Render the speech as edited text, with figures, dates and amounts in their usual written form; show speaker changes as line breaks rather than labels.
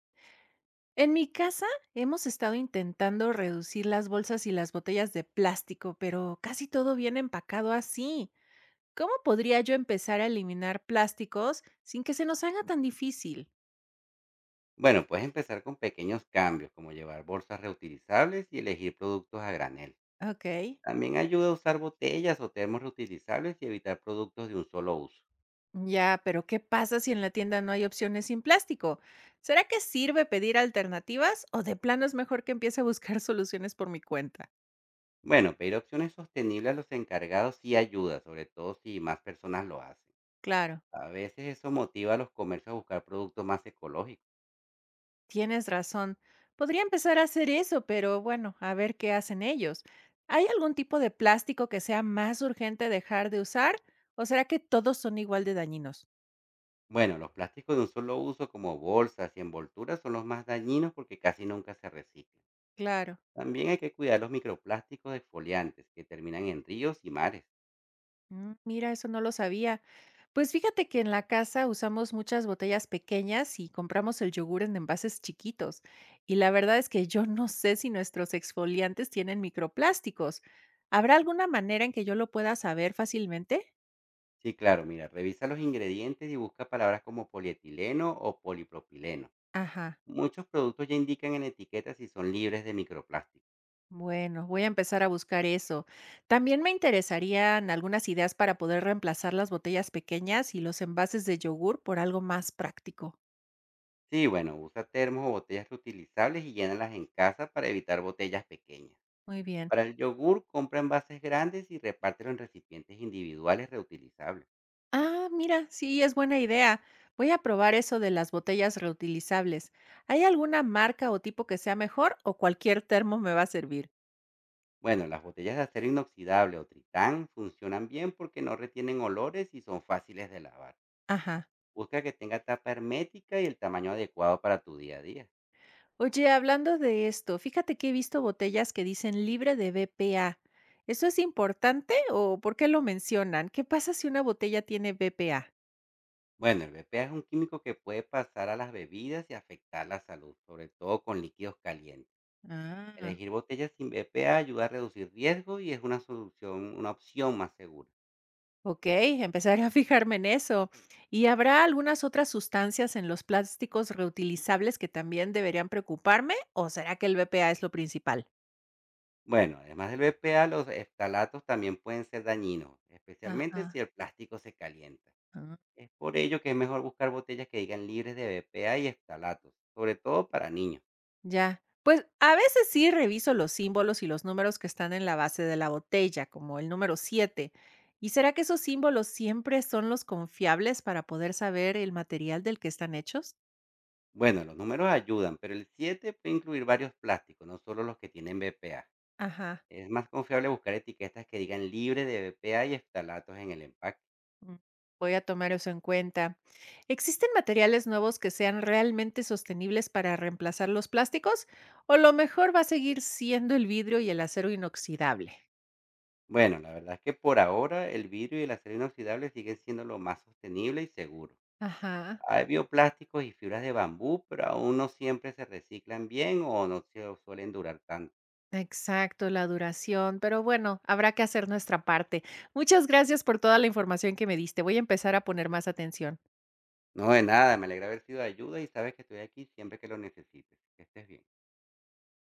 En mi casa hemos estado intentando reducir las bolsas y las botellas de plástico, pero casi todo viene empacado así. ¿Cómo podría yo empezar a eliminar plásticos sin que se nos haga tan difícil?
Bueno, puedes empezar con pequeños cambios, como llevar bolsas reutilizables y elegir productos a granel.
Ok.
También ayuda a usar botellas o termos reutilizables y evitar productos de un solo uso.
Ya, pero ¿qué pasa si en la tienda no hay opciones sin plástico? ¿Será que sirve pedir alternativas o de plano es mejor que empiece a buscar soluciones por mi cuenta?
Bueno, pedir opciones sostenibles a los encargados sí ayuda, sobre todo si más personas lo hacen.
Claro.
A veces eso motiva a los comercios a buscar productos más ecológicos.
Tienes razón. Podría empezar a hacer eso, pero bueno, a ver qué hacen ellos. ¿Hay algún tipo de plástico que sea más urgente dejar de usar? ¿O será que todos son igual de dañinos?
Bueno, los plásticos de un solo uso, como bolsas y envolturas, son los más dañinos porque casi nunca se reciclan.
Claro.
También hay que cuidar los microplásticos exfoliantes que terminan en ríos y mares.
Mira, eso no lo sabía. Pues fíjate que en la casa usamos muchas botellas pequeñas y compramos el yogur en envases chiquitos. Y la verdad es que yo no sé si nuestros exfoliantes tienen microplásticos. ¿Habrá alguna manera en que yo lo pueda saber fácilmente?
Sí, claro, mira, revisa los ingredientes y busca palabras como polietileno o polipropileno.
Ajá.
Muchos productos ya indican en etiquetas si son libres de microplásticos.
Bueno, voy a empezar a buscar eso. También me interesarían algunas ideas para poder reemplazar las botellas pequeñas y los envases de yogur por algo más práctico.
Sí, bueno, usa termos o botellas reutilizables y llénalas en casa para evitar botellas pequeñas.
Muy bien.
Para el yogur, compra envases grandes y repártelo en recipientes individuales reutilizables.
Ah, mira, sí, es buena idea. Voy a probar eso de las botellas reutilizables. ¿Hay alguna marca o tipo que sea mejor o cualquier termo me va a servir?
Bueno, las botellas de acero inoxidable o tritán funcionan bien porque no retienen olores y son fáciles de lavar.
Ajá.
Busca que tenga tapa hermética y el tamaño adecuado para tu día a día.
Oye, hablando de esto, fíjate que he visto botellas que dicen libre de BPA. ¿Eso es importante o por qué lo mencionan? ¿Qué pasa si una botella tiene BPA?
Bueno, el BPA es un químico que puede pasar a las bebidas y afectar la salud, sobre todo con líquidos calientes.
Ah,
Elegir botellas sin BPA ayuda a reducir riesgo y es una solución, una opción más segura.
ok, empezaré a fijarme en eso. ¿Y habrá algunas otras sustancias en los plásticos reutilizables que también deberían preocuparme? ¿O será que el BPA es lo principal?
Bueno, además del BPA, los estalatos también pueden ser dañinos, especialmente
Ajá.
si el plástico se calienta.
Ah,
Es por ello que es mejor buscar botellas que digan libres de BPA y estalatos, sobre todo para niños.
ya. Pues a veces sí reviso los símbolos y los números que están en la base de la botella, como el número 7. ¿Y será que esos símbolos siempre son los confiables para poder saber el material del que están hechos?
Bueno, los números ayudan, pero el 7 puede incluir varios plásticos, no solo los que tienen BPA.
Ajá.
Es más confiable buscar etiquetas que digan libre de BPA y estalatos en el empaque.
Mm, Voy a tomar eso en cuenta. ¿Existen materiales nuevos que sean realmente sostenibles para reemplazar los plásticos? ¿O lo mejor va a seguir siendo el vidrio y el acero inoxidable?
Bueno, la verdad es que por ahora el vidrio y el acero inoxidable siguen siendo lo más sostenible y seguro.
Ajá,
Hay bioplásticos y fibras de bambú, pero aún no siempre se reciclan bien o no se suelen durar tanto.
exacto, la duración. Pero bueno, habrá que hacer nuestra parte. Muchas gracias por toda la información que me diste. Voy a empezar a poner más atención.
No, de nada, me alegra haber sido de ayuda y sabes que estoy aquí siempre que lo necesites. Que estés bien.